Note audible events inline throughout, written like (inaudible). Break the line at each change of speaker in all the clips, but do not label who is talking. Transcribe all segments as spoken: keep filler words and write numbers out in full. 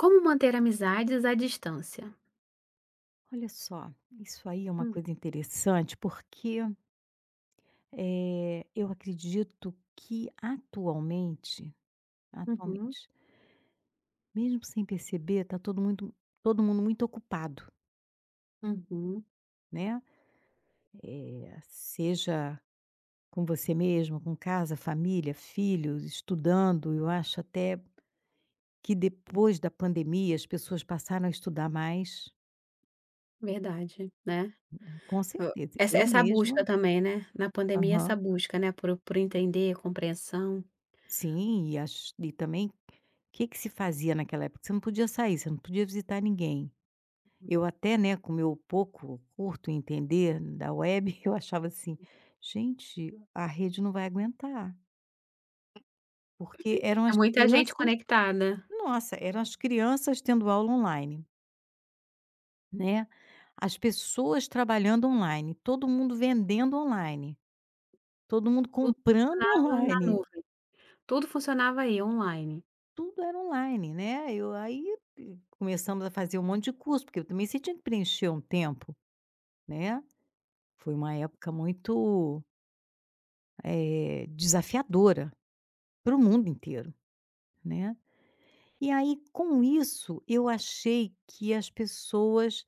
Como manter amizades à distância?
Olha só, isso aí é uma
Hum,
coisa interessante, porque, eh, eu acredito que atualmente
uhum,
atualmente, mesmo sem perceber, está todo mundo todo mundo muito ocupado,
uhum,
né, eh, seja com você mesmo, com casa, família, filhos, estudando. Eu acho até que depois da pandemia as pessoas passaram a estudar mais,
verdade, né.
com
O
certeza.
essa
Eu
essa
mesma.
busca também, né, na pandemia essa busca, né, por por entender, compreensão.
Sim, e ach e também, o que que se fazia naquela época? Você não podia sair, você não podia visitar ninguém. Eu até, né, com o meu pouco, curto entender da web, (laughs) eu achava assim: "Gente, a rede não vai aguentar", porque eram
É
as
muita gente
crianças
conectada,
nossa, eram as crianças tendo aula online, né, as pessoas trabalhando online, todo mundo vendendo online, todo mundo
tudo
comprando (laughs)
estava na
online.
nuvem, tudo funcionava aí, online.
Tudo era online, né, eu aí eh, começamos a fazer um monte de curso, porque eu também você tinha que preencher um tempo, né. Foi uma época muito, eh, desafiadora para o mundo inteiro, né. E aí com isso, eu achei que as pessoas,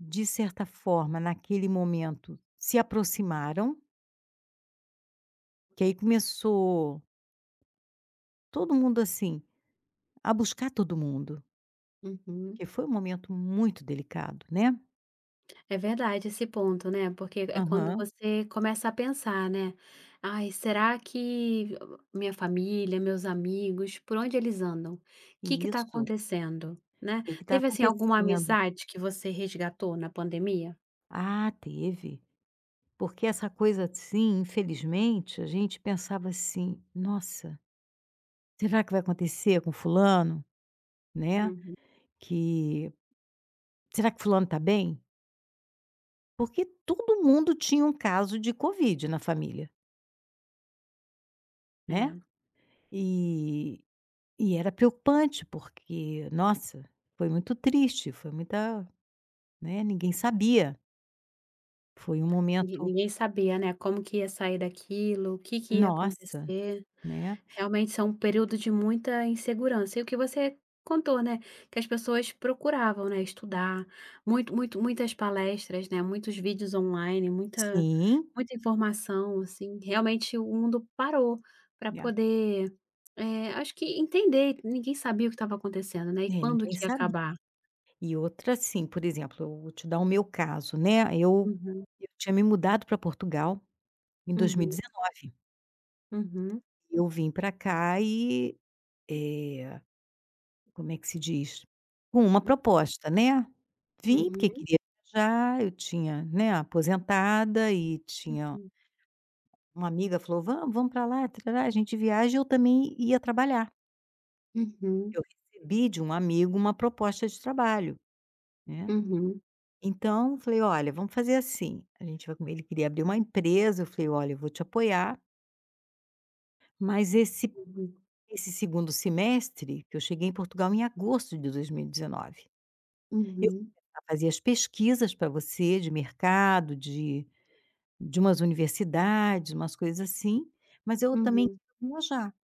de certa forma, naquele momento, se aproximaram, que aí começou todo mundo, assim, a buscar todo mundo,
Uhum.
que foi um momento muito delicado, né.
É verdade esse ponto, né, porque é quando
Aham,
você começa a pensar, né: "Ai, será que minha família, meus amigos, por onde eles andam? O Que que tá
isso.
acontecendo?", né.
Que que tá
Teve, assim, alguma
acontecendo?
amizade que você resgatou na pandemia?
Ah, teve. Porque essa coisa assim, infelizmente, a gente pensava assim: "Nossa, será que vai acontecer com fulano?", né,
Uhum.
que "Será que fulano está bem?". Porque todo mundo tinha um caso de covid na família,
É,
né. E e era preocupante, porque, nossa, foi muito triste, foi muita né, ninguém sabia. Foi um
ninguém
momento
ninguém sabia, né, como que ia sair daquilo, o que que ia
Nossa,
acontecer.
né.
Realmente são um período de muita insegurança. E o que você contou, né, que as pessoas procuravam, né, estudar, muito muito muitas palestras, né, muitos vídeos online, muita
Sim.
muita informação, assim, realmente o mundo parou para
Né?
poder, eh, acho que entender, ninguém sabia o que estava acontecendo, né, e
É,
quando
ninguém
que ia
sabia.
acabar.
E outra assim, por exemplo, eu vou te dar o meu caso, né, eu
Uhum,
eu tinha me mudado para Portugal em
uhum,
dois mil e dezenove.
uhum,
Eu vim para cá e, eh, como é que se diz? Com uma proposta, né. Vim porque
uhum,
queria viajar, eu tinha, né, aposentada e tinha
uhum,
uma amiga falou: "Vamos, vamos para lá, tarará, a gente viaja", e eu também ia trabalhar.
uhum,
Eu recebi de um amigo uma proposta de trabalho, né.
uhum,
Então, falei: "Olha, vamos fazer assim, a gente vai comer", ele queria abrir uma empresa, eu falei: "Olha, eu vou te apoiar, mas esse
uhum,
esse segundo semestre", que eu cheguei em Portugal em agosto de dois mil e dezenove,
uhum,
"eu
uhum.
fazia as pesquisas para você de mercado, de de umas universidades, umas coisas assim, mas eu também
uhum.
quero viajar".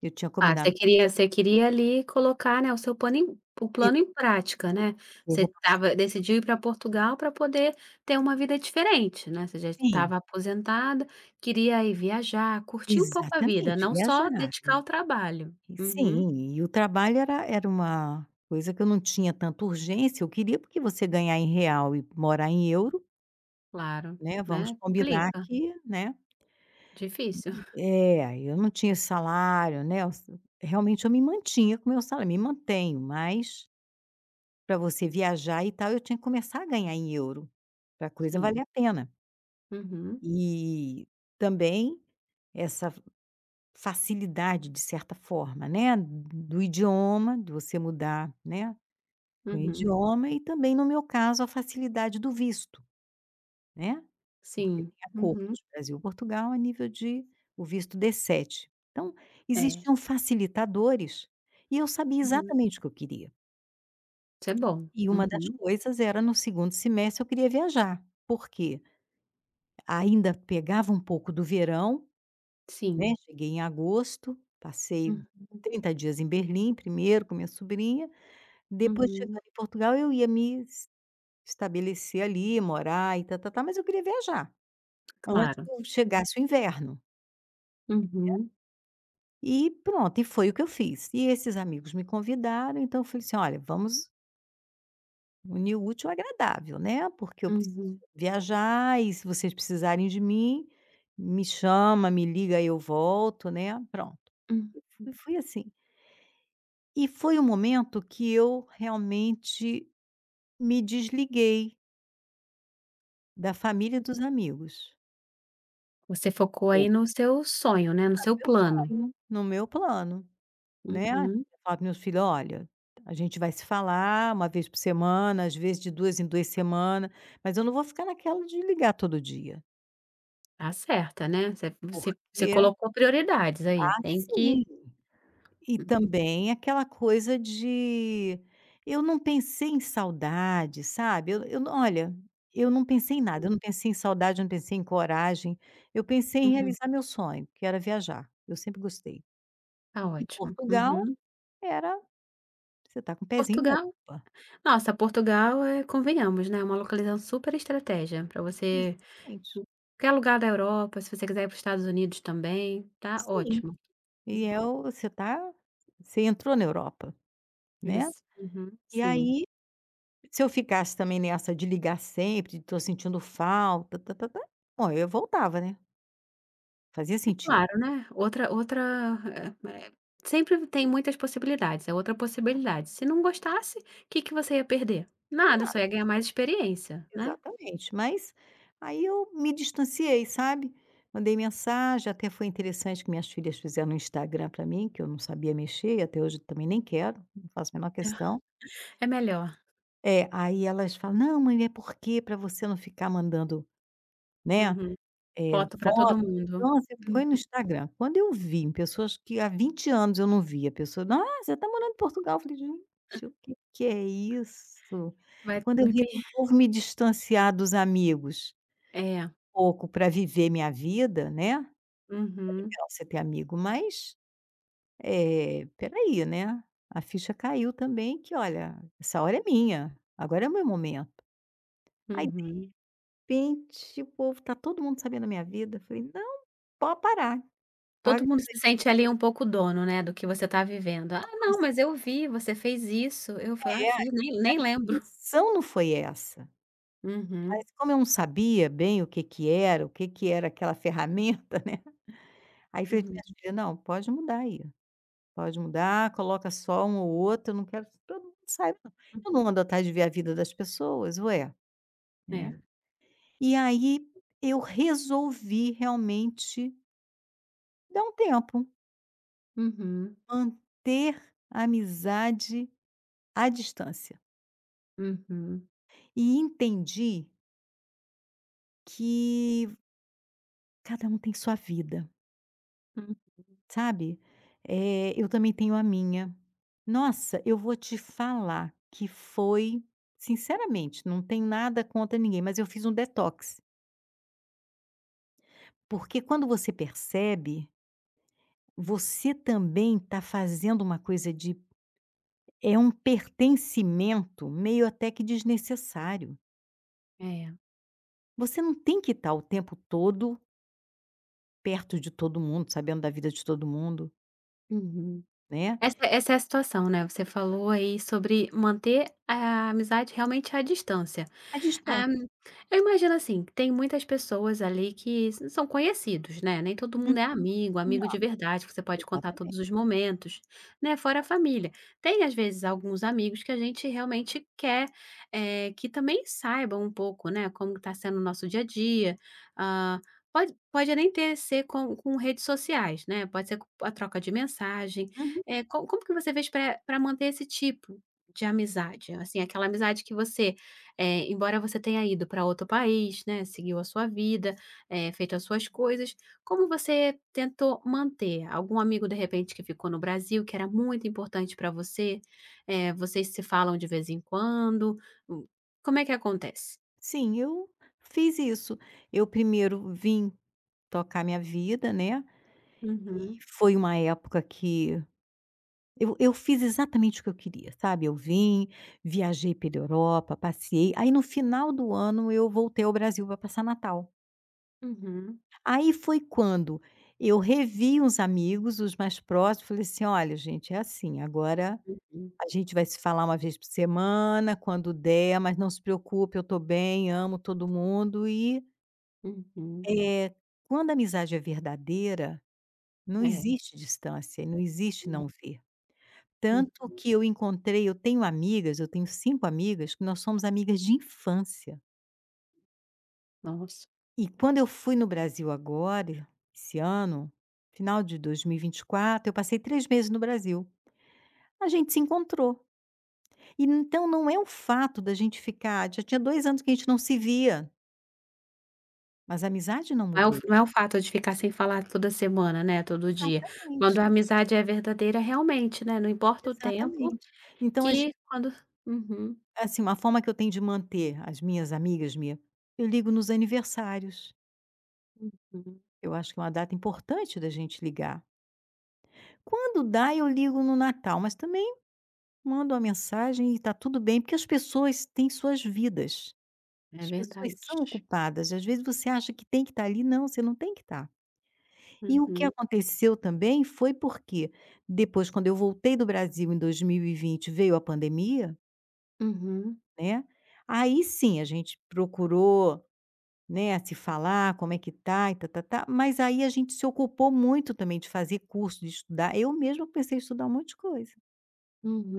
Eu tinha
Ah, você
combinado com
queria você queria ali colocar, né, o seu plano em o
ele,
plano em prática, né.
eu
Você
vou,
estava decidiu ir para Portugal para poder ter uma vida diferente, né, você já
sim,
estava aposentada, queria ir viajar, curtir um pouco a vida,
exatamente,
não só
viajar.
dedicar ao trabalho.
E
Uhum,
sim, e o trabalho era era uma coisa que eu não tinha tanta urgência, eu queria porque você ganhar em real e morar em euro,
claro,
né, vamos
né,
combinar
complica,
que, né,
difícil. (laughs)
é, eu não tinha salário, né, eu s realmente eu me mantinha com meu salário, me mantenho, mas para você viajar e tal, eu tinha que começar a ganhar em euro, para a coisa
Sim.
valer a pena.
Uhum,
E também essa facilidade de certa forma, né, do idioma, de você mudar, né. Foi o
uhum,
idioma e também, no meu caso, a facilidade do visto, né, porque
sim.
tem
Uhum,
acordos Brasil-Portugal a nível de o visto d sete. Então,
é.
existiam facilitadores e eu sabia
Uhum.
exatamente o que eu queria.
Isso é bom.
E uma das
Uhum,
coisas era no segundo semestre eu queria viajar, porque ainda pegava um pouco do verão, né,
sim.
cheguei em agosto, passei
Hum,
trinta dias em Berlim primeiro com minha sobrinha, depois
uhum,
chegando em Portugal eu ia me estabelecer ali, morar e tá-tá-tá, mas eu queria viajar antes.
claro.
Ótimo. Chegasse o inverno.
Uhum,
E pronto, e foi o que eu fiz. E esses amigos me convidaram, então eu falei assim: "Olha, vamos unir o útil ao agradável, né, porque eu preciso
uhum,
viajar e se vocês precisarem de mim, me chama, me liga, eu volto, né". Pronto.
hum.
E fui fui assim. E foi o momento que eu realmente me desliguei da família e dos amigos.
Você focou
Boa.
aí no seu sonho, né, no
No
seu
meu
plano.
sonho, no meu plano. Né,
Uhum.
falar para meus filhos: "Olha, a gente vai se falar uma vez por semana, às vezes de duas em duas semanas, mas eu não vou ficar naquela de ligar todo dia".
Tá certa, né, você você você
Porque
colocou prioridades aí,
ah,
tem que
sim. E também aquela coisa de eu não pensei em saudade, sabe. Eu eu não olha, eu não pensei em nada, eu não pensei em saudade, eu não pensei em coragem, eu pensei em
uhum,
realizar meu sonho, que era viajar. Eu sempre gostei.
tá
E
ótimo.
Portugal
Uhum.
era. Você está com o pezinho na
Portugal
Europa.
nossa, Portugal é convenhamos, né, é uma localização super estratégia para você
Exatamente.
qualquer lugar da Europa, se você quiser ir para os Estados Unidos também, tá
Sim.
ótimo.
E é
Hum,
o você tá Você entrou na Europa, né.
isso. Uhum,
E
sim.
aí, se eu ficasse também nessa de ligar sempre, de "Tô sentindo falta, tá-tá-tá", bom, eu voltava, né, fazia sentido.
Claro, né. Outra outra, eh eh, sempre tem muitas possibilidades, é outra possibilidade. Se não gostasse, o que que você ia perder? Nada, só ia ganhar mais experiência, né.
Exatamente, mas aí eu me distanciei, sabe. Mandei mensagem, até foi interessante que minhas filhas fizeram um Instagram pra mim, que eu não sabia mexer e até hoje também nem quero, não faço a menor questão.
É melhor.
É, aí elas falam: "Não, mãe, é porque pra você não ficar mandando", né.
Uhum.
É,
Foto para todo
foto,
mundo.
nossa, põe
Uhum.
no Instagram. Quando eu vi em pessoas que há vinte anos eu não via, a pessoa: "Ah, você está morando em Portugal?". Eu falei: "Gente, o que que é isso?".
Vai
Quando eu
me
vi
pe (laughs)
Resolvo me distanciar dos amigos,
é.
pouco para viver minha vida, né, legal
Uhum,
você ter amigo, mas, eh, espera, né, a ficha caiu também que: "Olha, essa hora é minha, agora é o meu momento". Aí, de
uhum.
repente, o povo tá todo mundo sabendo da minha vida, eu falei: "Não, pode parar,
Todo
paga
mundo se
esse
sente ali um pouco dono, né, do que você está vivendo. "Ah, não, mas
negócio.
eu vi, você fez isso". Eu falo: "Ah, fiz, nem nem lembro".
Intenção não foi essa, mas
Uhum,
como eu não sabia bem o que que era, o que que era aquela (laughs) ferramenta, né, aí eu falei para
uhum.
minhas filhas: "Não, pode mudar aí, pode mudar, coloca só um ou outro, eu não quero que todo mundo saiba não, eu não ando atrás de ver a vida das pessoas, ué", né.
É.
E aí eu resolvi realmente dar um tempo,
Uhum,
manter a amizade à distância,
uhum, hum.
e entendi que cada um tem sua vida. Sabe? Eh, eu também tenho a minha. Nossa, eu vou te falar que foi sinceramente, não tem nada contra ninguém, mas eu fiz um detox. Porque quando você percebe, você também está fazendo uma coisa de é um pertencimento meio até que desnecessário.
É.
Você não tem que estar o tempo todo perto de todo mundo, sabendo da vida de todo mundo,
Uhum.
né?
Essa essa é a situação, né, você falou aí sobre manter a amizade realmente à distância.
A
Ah,
distância.
eu imagino assim, que tem muitas pessoas ali que s são conhecidos, né, nem todo
Uhum.
mundo é amigo,
Não,
amigo de verdade que você pode contar
exatamente.
todos os momentos, né, fora a família. Tem às vezes alguns amigos que a gente realmente quer, eh, que também saibam um pouco, né, como está sendo o nosso dia a dia, ah, pode pode nem ter ser com com redes sociais, né, pode ser co a troca de mensagem,
Uhum.
eh, co como que você fez para pra manter esse tipo de amizade? Assim, aquela amizade que você eh, embora você tenha ido para outro país, né, seguiu a sua vida, eh, feito as suas coisas, como você tentou manter? Algum amigo, de repente, que ficou no Brasil, que era muito importante para você? Eh, vocês se falam de vez em quando? Hum, Como é que acontece?
Sim, eu fiz isso. Eu primeiro vim tocar minha vida, né,
Uhum,
foi uma época que eu eu fiz exatamente o que eu queria, sabe, eu vim, viajei pela Europa, passei aí no final do ano eu voltei ao Brasil para passar Natal.
uhum,
Aí foi quando eu revi uns amigos, os mais próximos, falei assim: "Olha gente, é assim, agora
uhum,
a gente vai se falar uma vez por semana, quando der, mas não se preocupe, eu estou bem, amo todo mundo e".
uhum.
É, quando a amizade é verdadeira, não
É.
existe distância, não existe não ver.
Hum,
Tanto
uhum.
que eu encontrei eu tenho amigas, eu tenho cinco amigas que nós somos amigas de infância.
Nossa.
E quando eu fui no Brasil agora, esse ano, final de dois mil e e vinte e quatro, eu passei três meses no Brasil. A gente se encontrou. E então não é o fato da gente ficar, já tinha dois anos que a gente não se via, mas a amizade não
Não é o
mudou.
não é o fato de ficar sem falar toda semana, né, todo dia.
Exatamente,
Quando a amizade é verdadeira, realmente, né, não importa o tempo.
exatamente. Então a...
Que quando Uhum,
Assim, uma forma que eu tenho de manter as minhas amigas minha, eu ligo nos aniversários.
uhum.
Eu acho que é uma data importante da gente ligar. Quando dá, eu ligo no Natal, mas também mando uma mensagem e tá tudo bem, porque as pessoas têm suas vidas.
É
As pessoas
verdade.
são ocupadas. Às vezes você acha que tem que estar ali, não, você não tem que estar. E o que
Uhum,
aconteceu também foi porque depois, quando eu voltei do Brasil em dois mil e vinte, veio a pandemia,
uhum,
né? Aí sim a gente procurou. Né, a se falar, como é que tá e tá-tá-tá, mas aí a gente se ocupou muito também de fazer curso, de estudar. Eu mesma comecei a estudar um monte de coisa,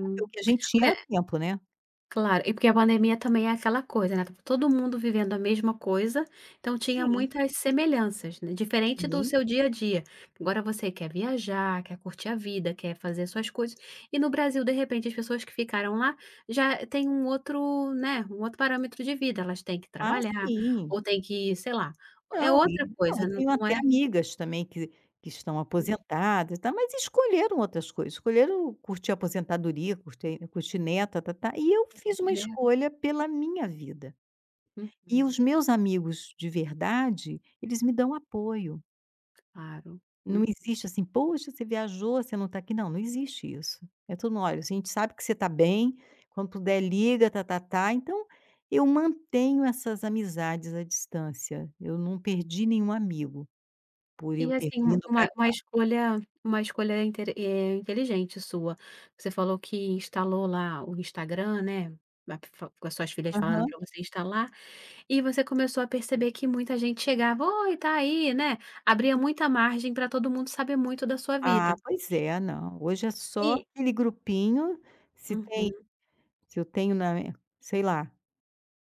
porque o que a gente tinha
É,
era tempo, né.
claro, e porque a pandemia também é aquela coisa, né, estava todo mundo vivendo a mesma coisa, então tinha
Sim,
muitas semelhanças, né, diferente do
sim.
seu dia a dia. Agora você quer viajar, quer curtir a vida, quer fazer suas coisas, e no Brasil, de repente, as pessoas que ficaram lá já têm um outro, né, um outro parâmetro de vida, elas têm que
Ah,
trabalhar,
sim.
ou têm que, sei lá, é
Não, e
outra
não,
coisa,
eu
não
tenho
não
até amigas também que que estão aposentadas, tá, mas escolheram outras coisas, escolheram curtir a aposentadoria, curtir curtir neta, tá-tá, e eu fiz uma
é.
escolha pela minha vida. E
Uhum,
os meus amigos de verdade, eles me dão apoio.
claro.
Não
Hum.
existe assim: "Poxa, você viajou, você não está aqui", não, não existe isso. É tudo mundo: "Olha, a gente sabe que você está bem, quando puder liga, tá-tá-tá". Então, eu mantenho essas amizades à distância, eu não perdi nenhum amigo, por
E
eu ter
assim, um
vindo pra.
uma uma escolha uma escolha inter eh, inteligente sua. Você falou que instalou lá o Instagram, né, a f com as suas filhas falaram
Aham.
para você instalar. E você começou a perceber que muita gente chegava: "Oi, tá aí", né, abria muita margem para todo mundo saber muito da sua vida.
Ah, pois é, não, hoje é só
E
aquele grupinho, se tem
uhum,
se eu tenho na, sei lá,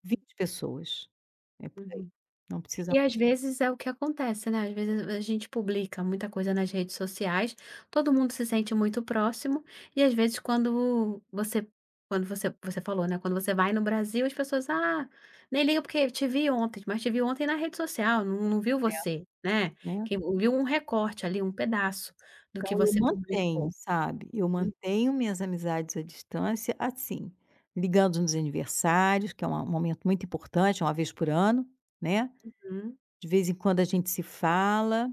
vinte pessoas, é por aí,
uhum.
não precisa
E às vezes é o que acontece, né, às vezes a gente publica muita coisa nas redes sociais, todo mundo se sente muito próximo, e às vezes quando você quando você você falou, né, quando você vai no Brasil as pessoas: "Ah, nem liga porque te vi ontem", mas te vi ontem na rede social, não não viu
é,
você, né,
né.
que viu um recorte ali, um pedaço do que
Então eu
você
mantenho,
publicou.
sabe, eu mantenho minhas amizades à distância, assim, ligando nos aniversários, que é uma um momento muito importante, é uma vez por ano, né,
Hum,
de vez em quando a gente se fala,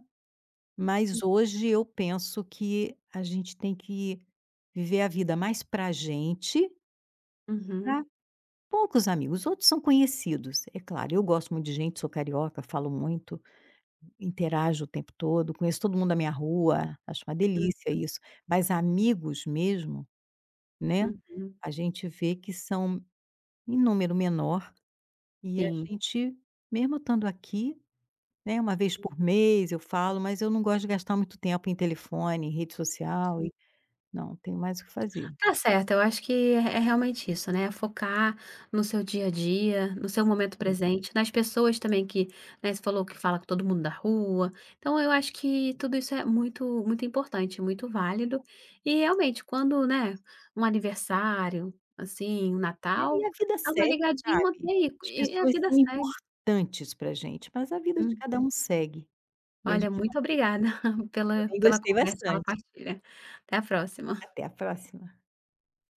mas hoje eu penso que a gente tem que viver a vida mais pra gente,
uhum,
pra poucos amigos, os outros são conhecidos. É claro, eu gosto muito de gente, sou carioca, falo muito, interajo o tempo todo, conheço todo mundo da minha rua, acho uma
hum,
delícia isso, mas amigos mesmo. Né,
uhum,
a gente vê que são em número menor e a
sim.
gente, mesmo estando aqui, né, uma vez por mês eu falo, mas eu não gosto de gastar muito tempo em telefone, em rede social
Sim.
e não, tenho mais o que fazer.
Tá certo, eu acho que é é realmente isso, né, focar no seu dia a dia, no seu momento
Hum.
presente, nas pessoas também que, né, você falou que fala com todo mundo da rua, então eu acho que tudo isso é muito muito importante, muito válido, e realmente quando, né, um aniversário, assim, um
É, e
Natal,
a vida
dá uma
segue,
ligadinha,
sabe.
mantém
As
e e a
pessoas
vida
são
segue.
importantes para gente, mas a vida de cada
Hum,
um segue e a
olha,
gente
muito
mantém.
obrigada (laughs) pela
Também
pela
gostei
conversa, pela
bastante.
partilha. Até a próxima.
Até a próxima.